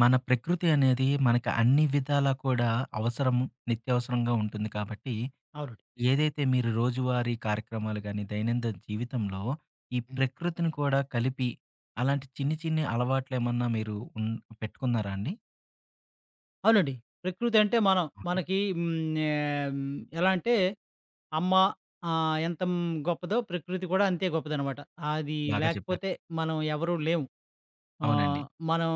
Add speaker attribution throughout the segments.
Speaker 1: మన ప్రకృతి అనేది మనకి అన్ని విధాలా కూడా అవసరం, నిత్యవసరంగా ఉంటుంది కాబట్టి
Speaker 2: అవునండి.
Speaker 1: ఏదైతే మీరు రోజువారీ కార్యక్రమాలు కానీ దైనందిన జీవితంలో ఈ
Speaker 2: హ్మ్.
Speaker 1: ప్రకృతిని కూడా కలిపి అలాంటి చిన్ని చిన్ని అలవాట్లు ఏమన్నా మీరు పెట్టుకున్నారా అండి?
Speaker 2: అవునండి. ప్రకృతి అంటే మనం
Speaker 1: అవును.
Speaker 2: మనకి ఎలా అంటే అమ్మ ఎంత గొప్పదో ప్రకృతి కూడా అంతే గొప్పదనమాట. అది
Speaker 1: బాగా చెప్పారు.
Speaker 2: లేకపోతే మనం ఎవరు లేము.
Speaker 1: అవునండి,
Speaker 2: ఆహ్, మనం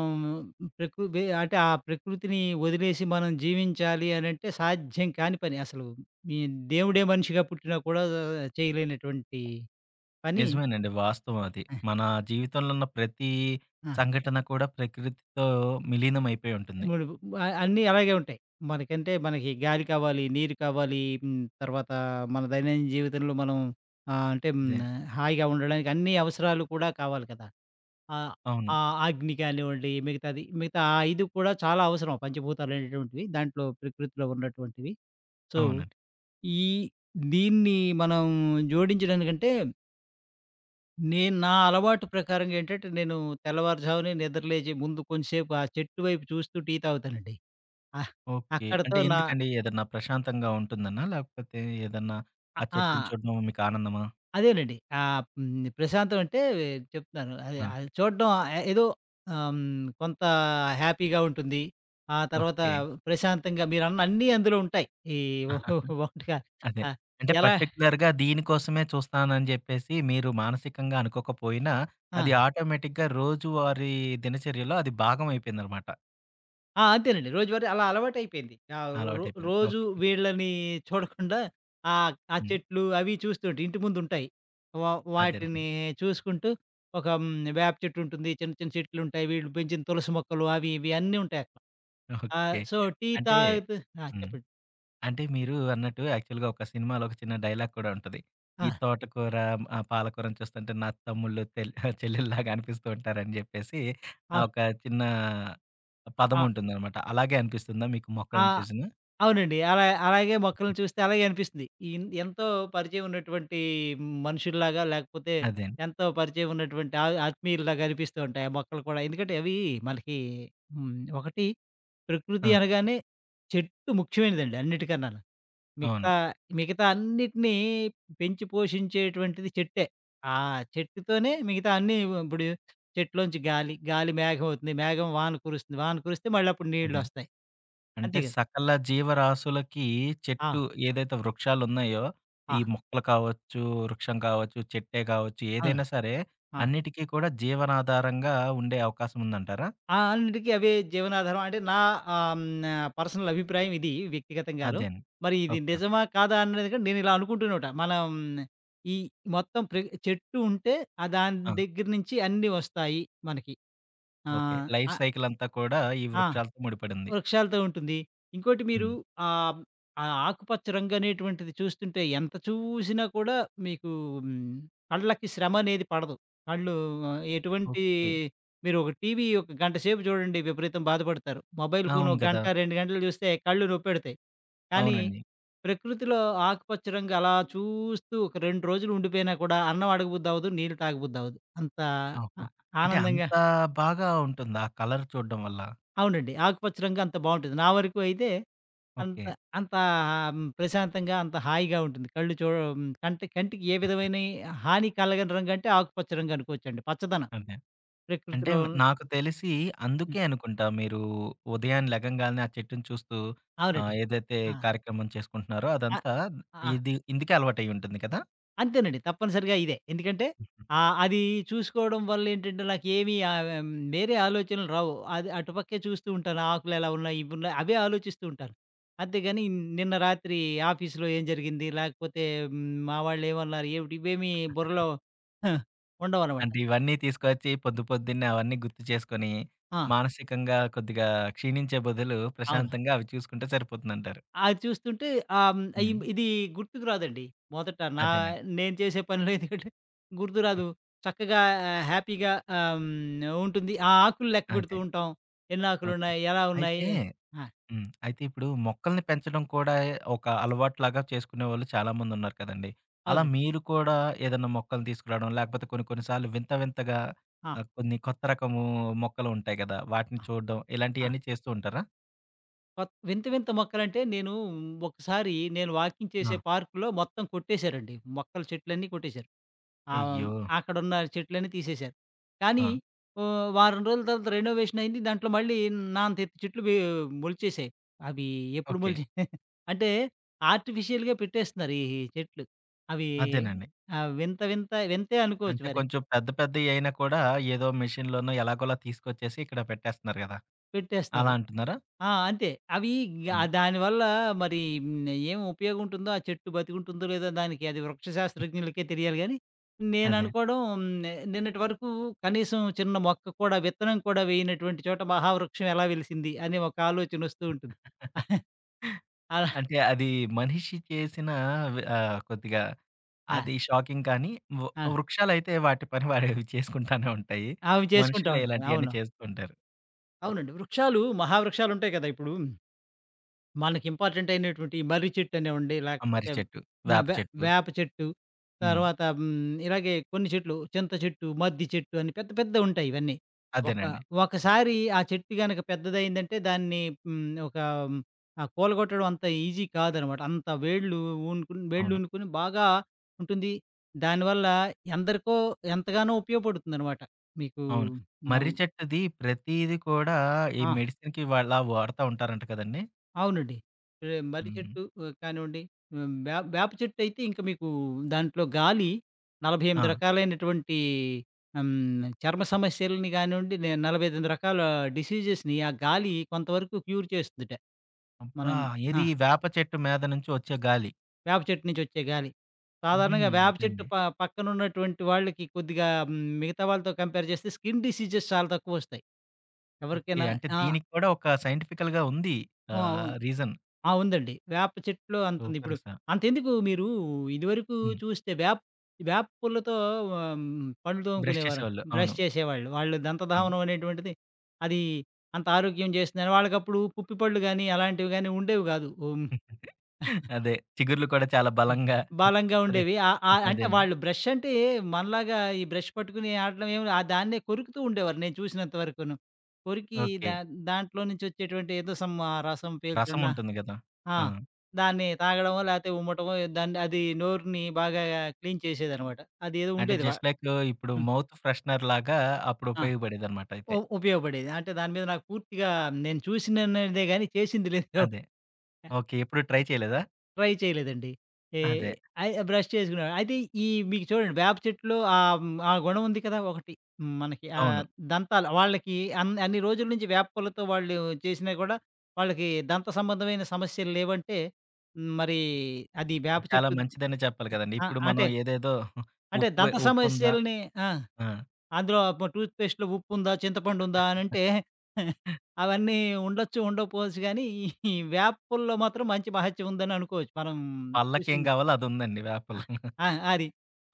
Speaker 2: ప్రకృ వే అంటే ఆ ప్రకృతిని వదిలేసి మనం జీవించాలి అనంటే సాధ్యం కాని పని అసలు. ఈ దేవుడే మనిషిగా పుట్టినా కూడా చేయలేనటువంటి పని.
Speaker 1: నిజమేనండి, వాస్తవం అది.
Speaker 2: ఆ!
Speaker 1: మన జీవితంలో ఉన్న ప్రతి
Speaker 2: ఆ!
Speaker 1: సంఘటన కూడా ప్రకృతితో మిలీనం అయిపోయి ఉంటుంది.
Speaker 2: ఇప్పుడు అన్నీ అలాగే ఉంటాయి. మనకి గాలి కావాలి, నీరు కావాలి, తర్వాత మన దైనందిన జీవితంలో మనం అంటే
Speaker 1: ఇదే.
Speaker 2: హాయిగా ఉండడానికి అన్ని అవసరాలు కూడా కావాలి కదా! ఆహ్,
Speaker 1: అవును.
Speaker 2: ఆ అగ్ని కానివ్వండి, మిగతా ఆ 5 కూడా చాలా అవసరం పంచభూతాలు అనేటువంటివి. దాంట్లో ప్రకృతిలో ఉన్నటువంటివి. సో,
Speaker 1: అవును.
Speaker 2: ఈ దీన్ని మనం జోడించడానికంటే నేను నా అలవాటు ప్రకారంగా ఏంటంటే, నేను తెల్లవారుజామునే నిద్ర లేచే ముందు కొంచెంసేపు ఆ చెట్టు వైపు చూస్తూ టీ తాగుతానండి. ఆ!
Speaker 1: ఓకే.
Speaker 2: అక్కడితో
Speaker 1: అంటే
Speaker 2: నా
Speaker 1: ఎందుకండి? ఏదన్నా ప్రశాంతంగా ఉంటుందనా? లేకపోతే ఏదన్నా
Speaker 2: అ
Speaker 1: ఆ
Speaker 2: ఆ!
Speaker 1: చెట్టుని చూడడం మీకు ఆనందమా?
Speaker 2: అదేనండి. ఆహ్, హ్మ్. ప్రశాంతం అంటే చెప్తున్నాను. అది
Speaker 1: ఆ!
Speaker 2: అది చూడడం ఏదో ఆహ్, హ్మ్. కొంత హ్యాపీగా ఉంటుంది. ఆ తర్వాత
Speaker 1: ఓకే.
Speaker 2: ప్రశాంతంగా మీరన్న అన్నీ అందులో ఉంటాయి. ఈ ఒకటిగా
Speaker 1: అదే.
Speaker 2: ఆ!
Speaker 1: అంటే
Speaker 2: ఎలా
Speaker 1: పర్టిక్యులర్‌గా దీనికోసమే చూస్తానని జెప్పేసి మీరు మానసికంగా అనుకోకపోయినా,
Speaker 2: ఆ!
Speaker 1: అది ఆటోమేటిక్‌గా రోజువారీ దినచర్యలో అది భాగం అయిపోయిందనమాట.
Speaker 2: ఆ! అంతేనండి. రోజువారీ అలా అలవాటయిపోయింది. ఆహ్, రో
Speaker 1: అలవాటైపోయింది.
Speaker 2: రోజు
Speaker 1: ఓకే.
Speaker 2: వీళ్ళని చూడకుండా ఆ
Speaker 1: హ్మ్.
Speaker 2: చెట్లు అవి చూస్తుంటే ఇంటి ముందుంటాయి.
Speaker 1: అదేనండి.
Speaker 2: వాటిని చూసుకుంటూ ఒక వేప చెట్టుంటుంది. చిన్న చిన్న చెట్లుంటాయి. వీళ్ళు పెంచిన తులసి మొక్కలు అవి ఇవి అన్నీ ఉంటాయక్కడ.
Speaker 1: ఓకే.
Speaker 2: సో, టీ
Speaker 1: అంటే
Speaker 2: తాగుతూ ఆ!
Speaker 1: హ్మ్.
Speaker 2: చెప్పండి.
Speaker 1: అంటే మీరు అన్నట్టు యాక్చువల్‌గా ఒక సినిమాలో ఒక చిన్న డైలాగ్ కూడా ఉంటది.
Speaker 2: ఆ!
Speaker 1: ఈ తోటకూర పాలకూరను చూస్తుంటే నా తమ్ముళ్ళు చెల్లెల్లాగా అనిపిస్తూ ఉంటారని జెప్పేసి
Speaker 2: ఆ!
Speaker 1: ఒక చిన్న పదం
Speaker 2: ఆ!
Speaker 1: ఉంటుందనమాట. అలాగే అనిపిస్తుందా మీకు
Speaker 2: ఆ!
Speaker 1: మొక్కలను చూసినా?
Speaker 2: అవునండి. అలాగే మొక్కలను చూస్తే అలాగే అనిపిస్తుంది. ఎంతో పరిచయం ఉన్నటువంటి మనుషుల్లాగా లేకపోతే
Speaker 1: అదేండి.
Speaker 2: ఎంతో పరిచయం ఉన్నటువంటి ఆ ఆత్మీయుల్లాగా అనిపిస్తూ ఉంటాయి ఆ మొక్కలు కూడా. ఎందుకంటే అవి మనకి హ్మ్. ఒకటి
Speaker 1: ఆ!
Speaker 2: ప్రకృతి
Speaker 1: చెప్పండి.
Speaker 2: అనగానే చెట్టు ముఖ్యమైనదండి అన్నిటికన్నాను.
Speaker 1: అవును.
Speaker 2: మిగతా, మిగతా అన్నిటిని పెంచి పోషించేటువంటిది చెట్టే. ఆ చెట్టుతోనే మిగతా అన్నీ ఇప్పుడు చెట్టులోంచి గాలి, గాలి మేఘం అవుతుంది. మేఘం వాన కురుస్తుంది. వాన కురిస్తే మళ్ళీ అప్పుడు
Speaker 1: అదేండి.
Speaker 2: నీళ్ళొస్తాయి. అంతే
Speaker 1: అంటే
Speaker 2: కదా!
Speaker 1: సకల జీవరాశులకి
Speaker 2: ఆ!
Speaker 1: చెట్టు ఏదైతే వృక్షాలున్నాయో,
Speaker 2: ఆ!
Speaker 1: ఈ మొక్కలు కావచ్చు, వృక్షం కావచ్చు, చెట్టే కావచ్చు,
Speaker 2: అవును.
Speaker 1: ఏదైనా సరే
Speaker 2: ఆ!
Speaker 1: అన్నిటికీ కూడా జీవనాధారంగా ఉండే అవకాశం ఉందంటారా?
Speaker 2: ఆ! అన్నిటికి అవే జీవనాధారం. అంటే నా ఆహ్, హ్మ్, పర్సనల్ అభిప్రాయం ఇది వ్యక్తిగతంగాను.
Speaker 1: అదేండి.
Speaker 2: మరి ఇది
Speaker 1: ఓకే.
Speaker 2: నిజమా? కాదా? అనేది కూడా నేనిలా అనుకుంటున్నోట. మనం ఈ మొత్తం ప్ర చెట్టు ఉంటే ఆ దాని
Speaker 1: ఆ!
Speaker 2: దగ్గర నుంచి అన్నీ వస్తాయి మనకి.
Speaker 1: ఓకే.
Speaker 2: ఆహ్,
Speaker 1: లైఫ్
Speaker 2: అ
Speaker 1: సైకిల్ అంతా కూడా ఈ
Speaker 2: ఆ!
Speaker 1: వృక్షాలతో ముడిపడింది.
Speaker 2: వృక్షాలతో ఉంటుంది. ఇంకోటి మీరు
Speaker 1: హ్మ్.
Speaker 2: ఆహ్, ఆ ఆకుపచ్చ రంగనేటువంటిది చూస్తుంటే ఎంత చూసినా కూడా మీకు హ్మ్, కళ్ళకి శ్రమనేది పడదు. కళ్ళు ఆహ్, ఎటువంటి
Speaker 1: ఓకే.
Speaker 2: మీరు ఒక టీవీ ఒక గంట సేపు చూడండి విపరీతం బాధపడతారు. మొబైల్ ఫోన్
Speaker 1: అవును
Speaker 2: ఒక
Speaker 1: గదా!
Speaker 2: గంట, 2 గంటలు చూస్తే కళ్ళు నొప్పెడతాయి. కానీ
Speaker 1: అవునండి.
Speaker 2: ప్రకృతిలో ఆకుపచ్చ రంగు అలా చూస్తూ ఒక 2 రోజులు ఉండిపోయినా కూడా అన్నం అడగబుద్దవ్వదు, నీళ్ళు తాగబుద్దవ్వదు. అంత
Speaker 1: ఓహో!
Speaker 2: ఆ
Speaker 1: అంటే
Speaker 2: ఆనందంగా
Speaker 1: అంత బాగా ఉంటుందా ఆ కలర్ చూడడం వల్ల?
Speaker 2: అవునండి. ఆకుపచ్చ రంగు అంత బావుంటది. నా వరకు అయితే అంత
Speaker 1: ఓకే.
Speaker 2: అంత ప్రశాంతంగా, అంత హాయిగా ఉంటుంది. కంటి కంటికి ఏ విధమైన హాని కలగని రంగంటే ఆకుపచ్చ రంగు అనుకోవచ్చండి. పచ్చదనం
Speaker 1: అదే. అంటే
Speaker 2: ప్రకృతిలో
Speaker 1: నాకు తెలిసి
Speaker 2: హ్మ్.
Speaker 1: అందుకే అనుకుంటా మీరు ఉదయాన్నే లెగంగాల్నే ఆ చెట్టుని చూస్తూ
Speaker 2: అవునండి.
Speaker 1: ఏదైతే
Speaker 2: ఆ!
Speaker 1: కార్యక్రమం చేసుకుంటున్నారో
Speaker 2: ఆహ్,
Speaker 1: అదంతా
Speaker 2: ఆ!
Speaker 1: ఇందుకే అలవాటయ్యి ఉంటుంది కదా!
Speaker 2: అంతేనండి. తప్పనిసరిగా ఇదే. ఎందుకంటే అది చూసుకోవడం వల్లేంటంటే నాకేమి వేరే ఆలోచనలు రావు. అది అటుపక్కే చూస్తూ ఉంటాను. ఆకులెలా ఉన్నాయి, ఇవున్నాయి అవే ఆలోచిస్తూ ఉంటాను. అంతేగాని నిన్న రాత్రి ఆఫీస్‌లో ఏం జరిగింది, లేకపోతే మా వాళ్ళేమన్నారు ఏమిటి ఇవేమీ బుర్రలో ఉండవనమాట.
Speaker 1: అంటే ఇవన్నీ తీసుకొచ్చి పొద్దు పొద్దున్నే అవన్నీ గుర్తు చేసుకొని
Speaker 2: ఆ!
Speaker 1: మానసికంగా కొద్దిగా క్షీణించే బదులు
Speaker 2: అవును.
Speaker 1: ప్రశాంతంగా అవి చూసుకుంటే సరిపోతుందంటారు.
Speaker 2: అది చూస్తుంటే ఆహ్, హ్మ్, ఇ
Speaker 1: హ్మ్.
Speaker 2: ఇది గుర్తుకు రాదండి. మొదట నా
Speaker 1: అదేనండి.
Speaker 2: నేను చేసే పనిలో ఎందుకంటే గుర్తు రాదు. చక్కగా హ్యాపీగా ఉంటుంది. ఆ ఆకులు లెక్కపెడుతూ
Speaker 1: అదే.
Speaker 2: ఉంటాం. ఎన్ని
Speaker 1: ఓకే.
Speaker 2: ఆకులున్నాయి? ఎలా ఉన్నాయి?
Speaker 1: అయితే
Speaker 2: ఆ!
Speaker 1: హ్మ్. అయితే ఇప్పుడు మొక్కల్ని పెంచడం కూడా ఒక అలవాటులాగా చేసుకునేవాళ్ళు చాలామందున్నారు కదండీ! అలా
Speaker 2: అవునండి.
Speaker 1: మీరు కూడా ఏదన్నా మొక్కలు తీసుకురావడం, లేకపోతే కొన్ని కొన్ని సార్లు వింత వింతగా
Speaker 2: ఆ!
Speaker 1: కొన్ని కొత్త రకము మొక్కలుంటాయి గదా! వాటిని
Speaker 2: ఆ!
Speaker 1: చూడడం
Speaker 2: ఆ!
Speaker 1: ఇలాంటియన్నీ చేస్తూ ఉంటారా?
Speaker 2: వింత వింత మొక్కలంటే నేను ఒకసారి నేను వాకింగ్
Speaker 1: ఆ!
Speaker 2: చేసే పార్క్‌లో మొత్తం కొట్టేశారండి. మొక్కలు చెట్లన్నీ కొట్టేశారు. ఆ!
Speaker 1: అయ్యో!
Speaker 2: అక్కడున్న చెట్లన్నీ తీసేశారు.
Speaker 1: ఆ!
Speaker 2: కానీ వారం రోజుల తర్వాత రెనోవేషన్ అయింది. దాంట్లో మళ్ళీ నాంతెత్తు చెట్లు వే మొలిచేశాయి. అవి ఎప్పుడు
Speaker 1: ఓకే.
Speaker 2: మొలిచాయి? అంటే ఆర్టిఫిషియల్‌గా పెట్టేస్తున్నారు ఈ చెట్లు. అవి
Speaker 1: అదేనండి.
Speaker 2: ఆహ్, వింత వింత వింతే అనుకోవచ్చు
Speaker 1: అంటే
Speaker 2: మరి.
Speaker 1: కొంచెం పెద్ద పెద్దయి అయినా కూడా ఏదో మెషిన్‌లోనో ఎలాగోలా తీసుకొచ్చేసి ఇక్కడ పెట్టేస్తున్నారు గదా!
Speaker 2: పెట్టేస్తున్నారు.
Speaker 1: అలా అంటున్నారా?
Speaker 2: ఆ! అంతే. అవి
Speaker 1: హ్మ్.
Speaker 2: దానివల్ల మరి ఏం ఉపయోగం ఉంటుందో, ఆ చెట్టు బతికుంటుందో లేదో దానికి అది వృక్ష శాస్త్రజ్ఞులకే తెలియాలి గానీ,
Speaker 1: అదే.
Speaker 2: నేననుకోవడం నిన్నటి వరకు కనీసం చిన్న మొక్క కూడా, విత్తనం కూడా వేయనటువంటి చోట మహావృక్షం ఎలా వెలిసింది అనే ఒక ఆలోచనొస్తూ ఉంటుంది. అలా
Speaker 1: అంటే అది మనిషి చేసిన కొద్దిగా
Speaker 2: ఆ!
Speaker 1: అది షాకింగ్ కానీ, వ్
Speaker 2: ఆ!
Speaker 1: వృక్షాలైతే వాటి పని వాడవి చేసుకుంటానే ఉంటాయి.
Speaker 2: అవి చేసుకుంటా
Speaker 1: మనుషులే
Speaker 2: ఉంటాను.
Speaker 1: ఇలాంటియన్నీ
Speaker 2: అవును.
Speaker 1: చేస్తూ ఉంటారు.
Speaker 2: అవునండి. వృక్షాలు మహావృక్షాలుంటాయి కదా! ఇప్పుడు మనకి ఇంపార్టెంట్ అయినటువంటి ఈ మర్రి చెట్టు అనివ్వండి,
Speaker 1: ఆ మర్రి
Speaker 2: లేకపోతే
Speaker 1: చెట్టు,
Speaker 2: ఆ!
Speaker 1: వేప చెట్టు.
Speaker 2: వేప చెట్టు,
Speaker 1: హ్మ్.
Speaker 2: తర్వాత ఇలాగే కొన్ని చెట్లు చింత చెట్టు, మద్ది చెట్టు అని పెద్ద పెద్దవుంటాయి ఇవన్నీ. ఒక
Speaker 1: అదేనండి.
Speaker 2: ఒకసారి ఆ చెట్టు గనక పెద్దదయిందంటే దాన్ని హ్మ్, ఒక కూలగొట్టడం అంత ఈజీ కాదనమాట. అంత వేళ్ళు వేళ్ళు
Speaker 1: అవును.
Speaker 2: ఊనుకుని బాగా ఉంటుంది. దానివల్ల ఎందరికో ఎంతగానో ఉపయోగపడుతుందనమాట. మీకు
Speaker 1: అవును.
Speaker 2: నవ్
Speaker 1: మర్రి చెట్టుది ప్రతీది కూడా ఈ
Speaker 2: ఆ!
Speaker 1: మెడిసిన్‌కి వాళ్ళ వాడతా ఉంటారంట కదండీ!
Speaker 2: అవునండి. మర్రి
Speaker 1: హ్మ్.
Speaker 2: చెట్టు ఆ, కానివ్వండి, హ్మ్, వే వేప చెట్టయితే ఇంక మీకు దాంట్లో గాలి
Speaker 1: ఆ!
Speaker 2: 48 రకాలైనటువంటి చర్మ సమస్యలని గానివ్వండి, 48 రకాల డిసీజెస్‌ని ఆ గాలి కొంతవరకు క్యూర్ చేస్తుందట.
Speaker 1: అబ్బా!
Speaker 2: మనం ఆ!
Speaker 1: ఏది వేప చెట్టు మీద నుంచి వచ్చే గాలి.
Speaker 2: వేప చెట్టు నుంచొచ్చే గాలి.
Speaker 1: హుహు.
Speaker 2: సాధారణంగా వేప చెట్టు
Speaker 1: అదండి.
Speaker 2: పక్కనున్నటువంటి వాళ్ళకి కొద్దిగా మిగతా వాళ్ళతో కంపేర్ చేస్తే స్కిన్ డిసీజెస్ చాలా తక్కువొస్తాయి.
Speaker 1: ఓకే.
Speaker 2: ఎవరికైనా
Speaker 1: అంటే
Speaker 2: ఆ!
Speaker 1: దీనికి కూడా ఒక సైంటిఫికల్‌గా ఉంది.
Speaker 2: ఆ!
Speaker 1: రీజన్.
Speaker 2: ఆ! ఉందండి. వేప చెట్లో అంతుంది.
Speaker 1: సూపర్
Speaker 2: ఇప్పుడు
Speaker 1: అసల.
Speaker 2: అంతెందుకు మీరు ఇదివరకు
Speaker 1: హ్మ్.
Speaker 2: చూస్తే వేప వేప పుల్లతో పళ్ళు
Speaker 1: బ్రష్
Speaker 2: తోముకునేవారు.
Speaker 1: చేసేవాళ్ళు. అవును.
Speaker 2: బ్రష్ చేసేవాళ్ళు. వాళ్ళు
Speaker 1: అవును.
Speaker 2: దంతధావనం అనేటువంటిది అది అంత ఆరోగ్యం చేస్తుందని వాళ్ళకప్పుడు పుప్పిపళ్ళు గాని, అలాంటివి గాని ఉండేవి కాదు. హ్మ్.
Speaker 1: అదే. చిగుర్లు కూడా చాలా బలంగా.
Speaker 2: బలంగా
Speaker 1: అదే.
Speaker 2: ఉండేవి. ఆహ్, ఆహ్, అంటే
Speaker 1: అదేండి.
Speaker 2: వాళ్ళు బ్రష్ అంటే మనలాగా ఈ బ్రష్ పట్టుకుని ఆడడం ఏమి ఆ దాన్నే కొరుకుతూ ఉండేవారు నేను చూసినంత వరకును. కొరికి
Speaker 1: ఓకే.
Speaker 2: దా దాంట్లో నుంచి వచ్చేటువంటి ఏదో ఆ రసం
Speaker 1: రసం
Speaker 2: పీల్చడం
Speaker 1: ఉంటుంది గదా!
Speaker 2: ఆ!
Speaker 1: ఆ!
Speaker 2: దాన్ని తాగడమో, లేతే ఉమ్మటమో అది నోరుని బాగా క్లీన్ చేసేదనమాట. అదేదో
Speaker 1: అంటే
Speaker 2: ఉండేది.
Speaker 1: జస్ట్ లైక్ ఇప్పుడు
Speaker 2: హ్మ్.
Speaker 1: మౌత్ ఫ్రెషనర్ లాగా అప్పుడు
Speaker 2: ఆ!
Speaker 1: ఉపయోగపడేదన్నమాట అయితే.
Speaker 2: ఉపయోగపడేది. అంటే దాని మీద నాకు పూర్తిగా నేను చూసినన్నదే గానీ చేసింది లేదు.
Speaker 1: అదే. ఓకే. ఎప్పుడు ట్రై చేయలేదా?
Speaker 2: ట్రై చేయలేదండి. ఏ
Speaker 1: అదే.
Speaker 2: అయి బ్రష్ చేసుకునే అయితే ఈ మీకు చూడండి వేప చెట్టులో ఆ గుణం ఉంది కదా! ఒకటి మనకి
Speaker 1: అవును.
Speaker 2: దంతాలు వాళ్ళకి అన్ని రోజుల నుంచి వేప పూలతో వాళ్ళు చేసినా కూడా వాళ్ళకి దంత సంబంధమైన సమస్యలు లేవంటే మరి అది వేప
Speaker 1: అది చాలా
Speaker 2: చెట్టు
Speaker 1: మంచిదనే చెప్పాలి కదండీ.
Speaker 2: ఆ!
Speaker 1: ఇప్పుడు మనం
Speaker 2: అంటే
Speaker 1: ఏదేదో
Speaker 2: అంటే దంత
Speaker 1: ఉప్పుందా?
Speaker 2: సమస్యలని ఆ!
Speaker 1: ఆ!
Speaker 2: అందులో టూత్ పేస్ట్‌లో ఉప్పుందా? చింతపండుందా? అనంటే అవన్నీ ఉండొచ్చు, ఉండకపోవచ్చు గానీ, ఈ వేపుల్లో మాత్రం మంచి మహత్యం ఉందని అనుకోవచ్చు. మనం
Speaker 1: పళ్ళకేం
Speaker 2: చూసింది
Speaker 1: కావాలో అదుందండి
Speaker 2: ఆ!
Speaker 1: వేపలు.
Speaker 2: ఆ! అది.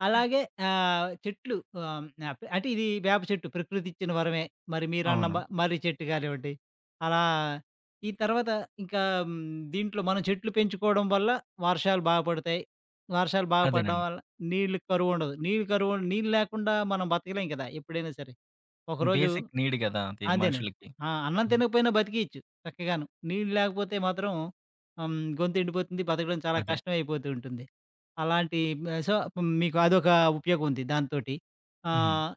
Speaker 2: అలాగే ఆహ్, చెట్లు ఆహ్, ఆహ్, అంటే ఇది వేప చెట్టు ప్రకృతి ఇచ్చిన వరమే. మరి మీరన్న
Speaker 1: అవును.
Speaker 2: మర్రి చెట్టు కానివ్వండి. అలా ఈ తర్వాత ఇంకా హ్మ్, దీంట్లో మనం చెట్లు పెంచుకోవడం వల్ల వర్షాలు బాగా పడతాయి. వర్షాలు బాగా పడడం
Speaker 1: అదేనండి.
Speaker 2: వల్ల నీళ్ళు కరువుండదు. నీళ్ళు లేకుండా మనం బతకలేం కదా! ఎప్పుడైనా సరే. ఒకరోజు
Speaker 1: బేసిక్ నీడ్ గదా! అది
Speaker 2: అదేనండి.
Speaker 1: మనుషులకి.
Speaker 2: ఆ! అన్నం తినకపోయినా బతికేయచ్చు చక్కగాను. నీళ్ళు లేకపోతే మాత్రం హ్మ్. గొంతు ఎండిపోతుంది. బతకడం చాలా
Speaker 1: అదే.
Speaker 2: కష్టమైపోతూ ఉంటుంది. అలాంటి సో, మీకు అదొక ఉపయోగం ఉంది దాంతోటి.
Speaker 1: హ్మ్.
Speaker 2: ఆహ్,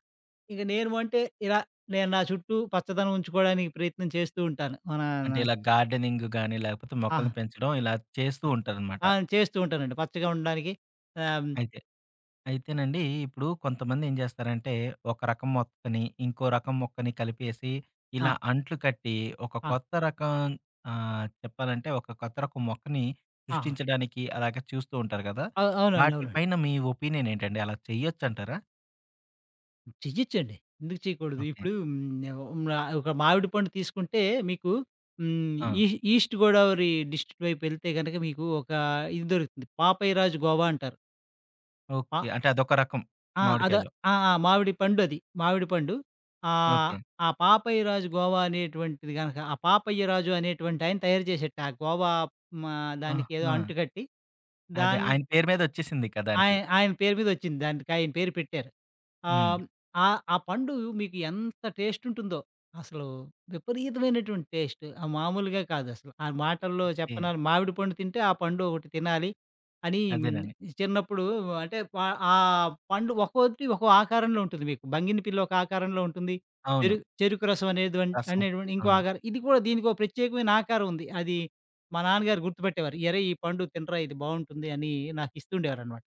Speaker 2: ఇక నేను అంటే ఇలా నేను నా చుట్టూ పచ్చదనం ఉంచుకోవడానికి ప్రయత్నం చేస్తూ ఉంటాను. మన
Speaker 1: అంటే ఇలా గార్డెనింగ్ గాని, లేకపోతే
Speaker 2: ఆ!
Speaker 1: మొక్కల్ని పెంచడం ఇలా చేస్తూ
Speaker 2: ఆ!
Speaker 1: ఉంటారనమాట.
Speaker 2: ఆ, చేస్తూ ఉంటానండి. పచ్చగా ఉండడానికి ఆహ్,
Speaker 1: అయితే. అయితేనండి ఇప్పుడు కొంతమంది ఏం చేస్తారంటే, ఒక రకం మొక్కని, ఇంకో రకం మొక్కని కలిపేసి,
Speaker 2: ఆ!
Speaker 1: ఇలా అంట్లు కట్టి, ఒక
Speaker 2: ఆ!
Speaker 1: కొత్త రకం చెప్పాలంటే ఒక కొత్త రకం మొక్కని
Speaker 2: ఆ!
Speaker 1: సృష్టించడానికి అలాగే చూస్తూ ఉంటారు కదా!
Speaker 2: ఆ! అవునండి.
Speaker 1: వాటి
Speaker 2: అవును.
Speaker 1: పైన మీ ఒపీనియన్ ఏంటండి? అలా చేయొచ్చంటారా?
Speaker 2: చెయ్యొచ్చండి. ఎందుకు చేయకూడదు?
Speaker 1: ఓకే.
Speaker 2: ఇప్పుడు హ్మ్. ఒక మామిడి పండు తీసుకుంటే మీకు హ్మ్.
Speaker 1: ఆ!
Speaker 2: ఈస్ట్ గోదావరి డిస్ట్రిక్ట్ వైపు వెళ్తే గనక మీకు ఒక ఇది దొరుకుతుంది. పాపయరాజు గోవా అంటారు. పా
Speaker 1: ఓకే. అంటే అదొక రకం
Speaker 2: ఆ! అద
Speaker 1: మామిడికాయలో.
Speaker 2: ఆ! ఆ! మామిడి పండు అది. మామిడి పండు. ఆహ్,
Speaker 1: ఓకే.
Speaker 2: ఆ పాపయరాజు గోవా అనేటువంటిది గనక ఆ పాపయ్యరాజు అనేటువంటి ఆయన తయారు చేసేట ఆ గోవా మా దానికి ఏదో
Speaker 1: ఆహా!
Speaker 2: అంటుకట్టి
Speaker 1: అదే
Speaker 2: దాన్
Speaker 1: ఆయన పేరు మీద వచ్చేసిందిక
Speaker 2: ఆయ
Speaker 1: దానికి.
Speaker 2: ఆయన ఆయన పేరు మీద వచ్చింది. దానికి ఆయన పేరు పెట్టారు.
Speaker 1: హ్మ్.
Speaker 2: ఆహ్, ఆ ఆ పండు మీకు ఎంత టేస్ట్ ఉంటుందో, అసలు విపరీతమైనటువంటి టేస్ట్. ఆ మామూలుగా కాదసలు. ఆ మాటల్లో
Speaker 1: ఏ
Speaker 2: చెప్పనని మామిడి పండు తింటే ఆ పండు ఒకటి తినాలి అని
Speaker 1: అదేనండి.
Speaker 2: చిన్నప్పుడు అంటే పా ఆ పండు ఒక్కోటి ఒక్కో ఆకారంలో ఉంటుంది మీకు. బంగినపిల్ల ఒక ఆకారంలో ఉంటుంది.
Speaker 1: అవును.
Speaker 2: చెరు చెరుకు రసం అనేటువంటి
Speaker 1: రసం.
Speaker 2: అనేటువంటి
Speaker 1: ఆ!
Speaker 2: ఇంకో ఆకారం. ఇది కూడా దీనికో ప్రత్యేకమైన ఆకారం ఉంది. అది మా నాన్నగారు గుర్తుపెట్టేవారు. "అరేయ్! ఈ పండు తినరా ఇది బావుంటుంది" అని నాకు ఇస్తుండేవారనమాట.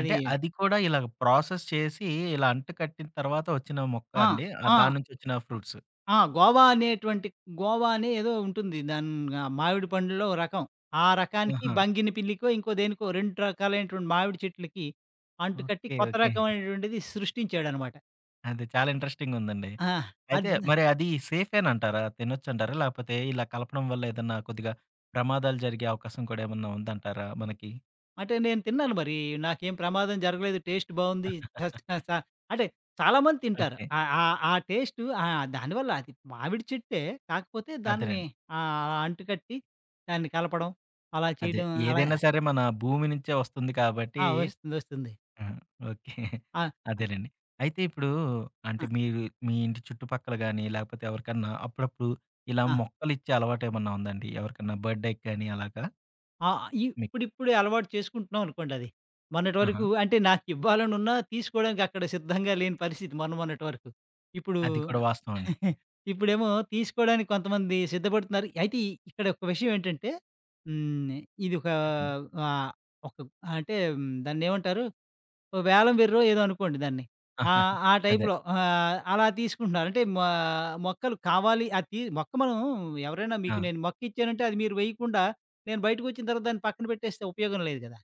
Speaker 1: అంటే అది కూడా ఇలాగ ప్రాసెస్ చేసి ఇలా అంటు కట్టిన తర్వాత వచ్చిన మొక్క
Speaker 2: ఆ!
Speaker 1: అండి.
Speaker 2: ఆ!
Speaker 1: దాని నుంచి వచ్చిన ఫ్రూట్స్.
Speaker 2: ఆ! గోవా అనేటువంటి గోవా అనే ఏదో ఉంటుంది. ఆహ్, మామిడి పండ్లలో ఓ రకం. ఆ రకానికి
Speaker 1: ఆహా!
Speaker 2: బంగిని పిల్లికో, ఇంకో దేనికో 2 రకాలైనటువంటి మామిడి చెట్లకి అంటుకట్టి
Speaker 1: ఓకే.
Speaker 2: కొత్త
Speaker 1: ఓకే.
Speaker 2: రకమైనటువంటిది సృష్టించాడనమాట.
Speaker 1: అది చాలా ఇంట్రెస్టింగ్ ఉందండి.
Speaker 2: ఆ! అద్
Speaker 1: అయితే మరి అది సేఫేనంటారా? తినొచ్చంటారా? లేకపోతే ఇలా కలపడం వల్ల ఏదన్నా కొద్దిగా ప్రమాదాలు జరిగే అవకాశం కూడా ఏమన్నా ఉందంటారా మనకి?
Speaker 2: అంటే నేను తిన్నాను మరి. నాకేం ప్రమాదం జరగలేదు. టేస్ట్ బావుంది. జస్ట్ స అంటే చాలామంది తింటారు.
Speaker 1: ఓకే.
Speaker 2: ఆహ్, ఆహ్, ఆ టేస్టు దానివల్ల అది మామిడి చెట్టే. కాకపోతే దాన్ని
Speaker 1: అదేనండి.
Speaker 2: అంటుకట్టి దాన్ని కలపడం అలా
Speaker 1: అదే.
Speaker 2: చేయడం అలా
Speaker 1: ఏదైనా సరే మన భూమి నుంచే వస్తుంది కాబట్టి
Speaker 2: ఆ! వస్తుంది. వస్తుంది.
Speaker 1: ఆ! ఓకే.
Speaker 2: ఆ!
Speaker 1: అదేలెండి. అయితే ఇప్పుడు
Speaker 2: అ
Speaker 1: అంటే మీరు మీ ఇంటి చుట్టుపక్కల గాని, లేకపోతే ఎవరికన్నా అప్పుడప్పుడు ఇలా
Speaker 2: ఆ!
Speaker 1: మొక్కలిచ్చే అలవాటేమన్నా ఉందా అండి? ఎవరికన్నా బర్త్‌డేకి గాని అలాగా
Speaker 2: ఆహ్,
Speaker 1: మీకు?
Speaker 2: ఇప్పుడిప్పుడే అలవాటు చేసుకుంటున్నాం అనుకోండది. మొన్నటి
Speaker 1: ఆహా!
Speaker 2: వరకు అంటే నాకివ్వాలనున్నా తీసుకోవడానికి అక్కడ సిద్ధంగా లేని పరిస్థితి మొన్నటి వరకు. ఇప్పుడు
Speaker 1: అది కూడా వాస్తవం అండి.
Speaker 2: ఇప్పుడేమో తీసుకోవడానికి కొంతమంది సిద్ధపడుతున్నారు. అయితే ఇక్కడ ఒక విషయం ఏంటంటే హ్మ్. ఇదొక
Speaker 1: చెప్పండి.
Speaker 2: ఆహ్, ఒక అంటే దాన్నేమంటారు ఓ వేలం వెర్రో ఏదో అనుకోండి దాన్ని. ఆ! ఆ
Speaker 1: అదే.
Speaker 2: టైప్‌లో అలా తీసుకుంటున్నారు. అంటే మొక్కలు కావాలి అది తీ మొక్క మనం ఎవరైనా
Speaker 1: ఆ!
Speaker 2: మీకు నేను మొక్కిచ్చానంటే అది మీరు వేయకుండా నేను బయటకొచ్చిన తర్వాత దాన్ని పక్కన పెట్టేస్తే ఉపయోగం లేదు గదా!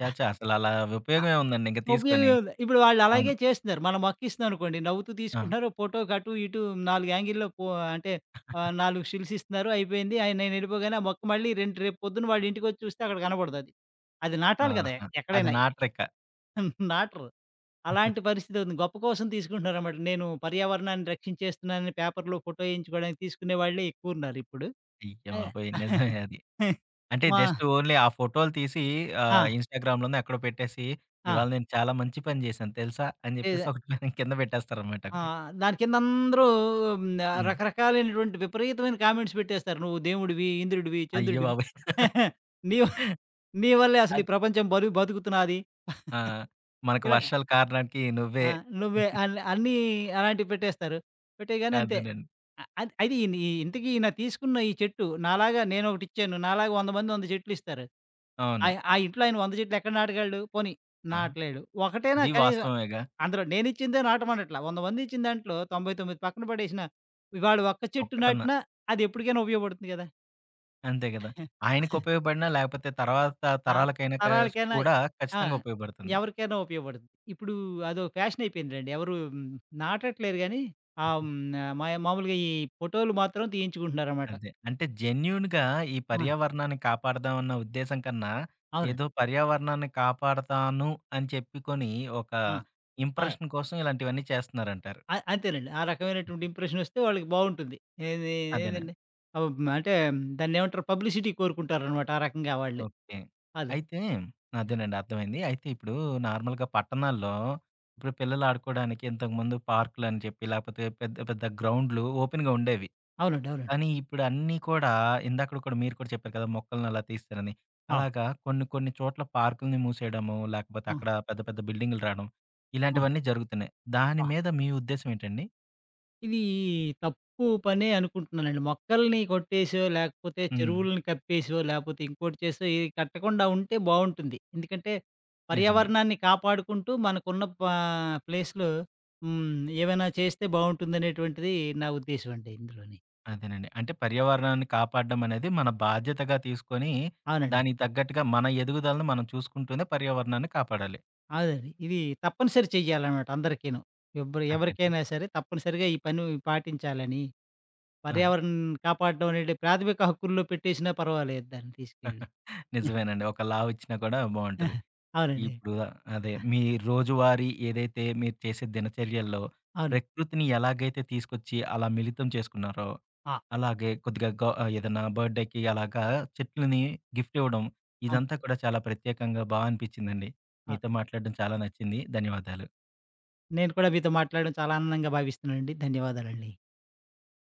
Speaker 1: ఛా! ఛా! అసలలా
Speaker 2: ఆ!
Speaker 1: ఉపయోగం ఏముందండి ఇంక తీసుకొని.
Speaker 2: ఉపయోగం ఉంది. ఇప్పుడు వాళ్ళు
Speaker 1: అవును.
Speaker 2: అలాగే చేస్తున్నారు. మనం మొక్కిస్తున్నాం అనుకోండి నవ్వుతూ
Speaker 1: ఆ!
Speaker 2: తీసుకుంటున్నారు. ఫోటోకి అటు ఇటు 4 యాంగిల్‌లో పో అంటే ఆహ్, 4 షిల్స్ ఇస్తున్నారు అయిపోయింది. ఆహ్, నేను ఎళ్ళిపోగానే ఆ మొక్క మళ్ళీ రేపు పొద్దున వాళ్ళ ఇంటికొచ్చి చూస్తే అక్కడ కనపడదది. అది నాటాలి కదా!
Speaker 1: ఆహా! అది
Speaker 2: ఎక్కడైనా
Speaker 1: నా ట్రిక్.
Speaker 2: నాటరు. అలాంటి పరిస్థితి ఉంది. గొప్ప కోసం తీసుకుంటున్నారనమాట. నేను పర్యావరణాన్ని రక్షించేస్తున్నానని పేపర్‌లో ఫోటో ఏయించుకోవడానికి తీసుకునే వాళ్ళే ఎక్కువున్నారిప్పుడు.
Speaker 1: అయ్య
Speaker 2: ఆ!
Speaker 1: బాబోయ్! నిజమే అది. అంటే
Speaker 2: మా
Speaker 1: జస్ట్ ఓన్లీ ఆ ఫోటోలు తీసి
Speaker 2: ఆ!
Speaker 1: ఇన్‌స్టాగ్రామ్‌లోనో ఎక్కడో పెట్టేసి,
Speaker 2: ఆ!
Speaker 1: ఇవాళ నేను చాలా మంచి పని చేశాను తెలుసా? అని చెప్పేసి
Speaker 2: ఏద
Speaker 1: ఒకటి కింద పెట్టేస్తారనమాట
Speaker 2: ఆ!
Speaker 1: ఒకటి.
Speaker 2: దాని కింద అందరూ
Speaker 1: హ్మ్.
Speaker 2: రకరకాలైనటువంటి విపరీతమైన కామెంట్స్ పెట్టేస్తారు. "నువ్వు దేవుడివి, ఇంద్రుడివి,
Speaker 1: అయ్య
Speaker 2: చంద్రుడివి.
Speaker 1: బాబోయ్!
Speaker 2: నీ నీ వల్లే అసలు ఈ
Speaker 1: అద్
Speaker 2: ప్రపంచం బతుకుతున్నది."
Speaker 1: ఆ! మనకు
Speaker 2: ఇలా
Speaker 1: వర్షాలు కారడానికి నువ్వే.
Speaker 2: ఆ! నువ్వే అన్ అన్నీ అలాంటివి పెట్టేస్తారు. పెట్టేయగానే అంతే.
Speaker 1: అదేనండి.
Speaker 2: అ అది అది ఇన్ ఇంతకీ ఈయన తీసుకున్న ఈ చెట్టు నాలాగా నేనొకటిచ్చాను. నాలాగా 100 మంది 100 చెట్లిస్తారు.
Speaker 1: అవును.
Speaker 2: ఆయ ఆ ఆ ఇంట్లో ఆయన 100 చెట్లు ఎక్కడ నాటగలడు? పోనీ
Speaker 1: ఆ!
Speaker 2: నాటలేడు. ఒకటైనా
Speaker 1: అది
Speaker 2: కనీసం
Speaker 1: వాస్తవమేగా.
Speaker 2: అందులో నేనిచ్చిందే నాటమనట్లా. 100 మందిచ్చిన దాంట్లో 99 పక్కన పడేసినా, ఇవాళ ఒక్క చెట్టు
Speaker 1: ఒక్కటన్నా.
Speaker 2: నాటినా అది ఎప్పటికైనా ఉపయోగపడుతుంది గదా!
Speaker 1: అంతే కదా! ఆయనకి ఉపయోగపడినా లేకపోతే తర్వాత
Speaker 2: ఆ!
Speaker 1: తరాలకైనా
Speaker 2: తరాలకైనా
Speaker 1: కూడా
Speaker 2: ఆ!
Speaker 1: ఖచ్చితంగా ఉపయోగపడుతుంది.
Speaker 2: ఎవరికైనా ఉపయోగపడుతుంది. ఇప్పుడు అదో ఫ్యాషన్ అయిపోయిందిలెండి. ఎవరు నాటట్లేదు గానీ, ఆహ్, హ్మ్, మా మామూలుగా ఈ ఫోటోలు మాత్రం తీయించుకుంటున్నారనమాట.
Speaker 1: అంతే. అంటే జెన్యూన్‌గా ఈ
Speaker 2: ఆ!
Speaker 1: పర్యావరణాన్ని కాపాడదాం అన్న ఉద్దేశం కన్నా, ఏదో
Speaker 2: అవునండి.
Speaker 1: పర్యావరణాన్ని కాపాడతాను అని చెప్పుకొని, ఒక
Speaker 2: ఆ! ఆ!
Speaker 1: ఇంప్రెషన్ కోసం ఇలాంటివన్నీ చేస్తున్నారంటారు.
Speaker 2: అంతేనండి. ఆ రకమైనటువంటి ఇంప్రెషనొస్తే వాళ్ళకి బావుంటుంది. ఏది
Speaker 1: అదేనండి.
Speaker 2: ఏదండి అంటే దాన్నేమంటారు పబ్లిసిటీ కోరుకుంటారనమాట ఆ రకంగా వాళ్ళు.
Speaker 1: ఓకే.
Speaker 2: అదే.
Speaker 1: అయితే
Speaker 2: ఆ!
Speaker 1: అదేనండి అర్థమైంది. అయితే ఇప్పుడు నార్మల్‌గా పట్టణాల్లో ఇప్పుడు పిల్లలు ఆడుకోవడానికి ఇంతకుముందు పార్కులని చెప్పి, లేకపోతే పెద్ద పెద్ద గ్రౌండ్‌లు ఓపెన్‌గా ఉండేవి.
Speaker 2: అవునండి. అవునండి.
Speaker 1: కానీ ఇప్పుడు అన్నీ కూడా ఇందాకడ కూడా మీరు కూడా చెప్పారు కదా! మొక్కల్ని అలా తీస్తారని.
Speaker 2: ఆ!
Speaker 1: అలాగా కొన్ని కొన్ని చోట్ల పార్కుల్ని మూసేయడము, లేకపోతే
Speaker 2: ఆ!
Speaker 1: అక్కడ పెద్ద పెద్ద బిల్డింగులు రాడం,
Speaker 2: ఆ!
Speaker 1: ఇలాంటివన్నీ జరుగుతున్నాయి. దాని
Speaker 2: ఆ!
Speaker 1: మీద మీ ఉద్దేశ్యం ఏంటండి?
Speaker 2: ఇది తప్పు పనే అనుకుంటున్నానండి. మొక్కల్ని కొట్టేసో, లేకపోతే
Speaker 1: హ్మ్.
Speaker 2: చెరువులను కప్పేసో, లేపోతే ఇంకోటి చేసో ఇది కట్టకుండా ఉంటే బావుంటుంది. ఎందుకంటే,
Speaker 1: నిజమే.
Speaker 2: పర్యావరణాన్ని కాపాడుకుంటూ మనకున్న ప్లేస్‌లో హ్మ్. ఏవైనా చేస్తే బావుంటుందనేటువంటిది నా ఉద్దేశ్యం అండి ఇందులోని.
Speaker 1: అదేనండి. అంటే పర్యావరణాన్ని కాపాడడం అనేది మన బాధ్యతగా తీసుకొని,
Speaker 2: అవునండి.
Speaker 1: దానికి తగ్గట్టుగా మన ఎదుగుదలను మనం చూసుకుంటూనే పర్యావరణాన్ని కాపాడాలి.
Speaker 2: అవునండి. ఇది తప్పనిసరి చెయ్యాలనమాట అందరికీను.
Speaker 1: అంతేనండి.
Speaker 2: ఎవరికైనా సరే తప్పనిసరిగా ఈ పని పాటించాలని,
Speaker 1: అదే.
Speaker 2: పర్యావరణం కాపాడడం అనేది ప్రాథమిక హక్కుల్లో పెట్టేసినా పర్వాలేదు దాన్ని తీసుకెళ్ళి.
Speaker 1: నిజమేనండి. ఒక లా వచ్చినా కూడా బావుంటది.
Speaker 2: అవునండి.
Speaker 1: ఇప్పుడు అదే
Speaker 2: ఆ!
Speaker 1: మీ రోజువారీ ఏదైతే మీరు చేసే దినచర్యల్లో
Speaker 2: అవును.
Speaker 1: ప్రకృతిని ఎలాగైతే తీసుకొచ్చి అలా మిళితం చేసుకున్నారో,
Speaker 2: ఆ!
Speaker 1: అలాగే కొద్దిగా ఏదైనా బర్త్‌డేకి అలాగా చెట్లని గిఫ్ట్ ఇవ్వడం,
Speaker 2: అవును.
Speaker 1: ఇదంతా కూడా చాలా ప్రత్యేకంగా బా అనిపించిందండి.
Speaker 2: ఆ!
Speaker 1: మీతో మాట్లాడడం చాలా నచ్చింది. ధన్యవాదాలు.
Speaker 2: నేను కూడా మీతో మాట్లాడడం చాలా ఆనందంగా భావిస్తున్నానండి. ధన్యవాదాలండి.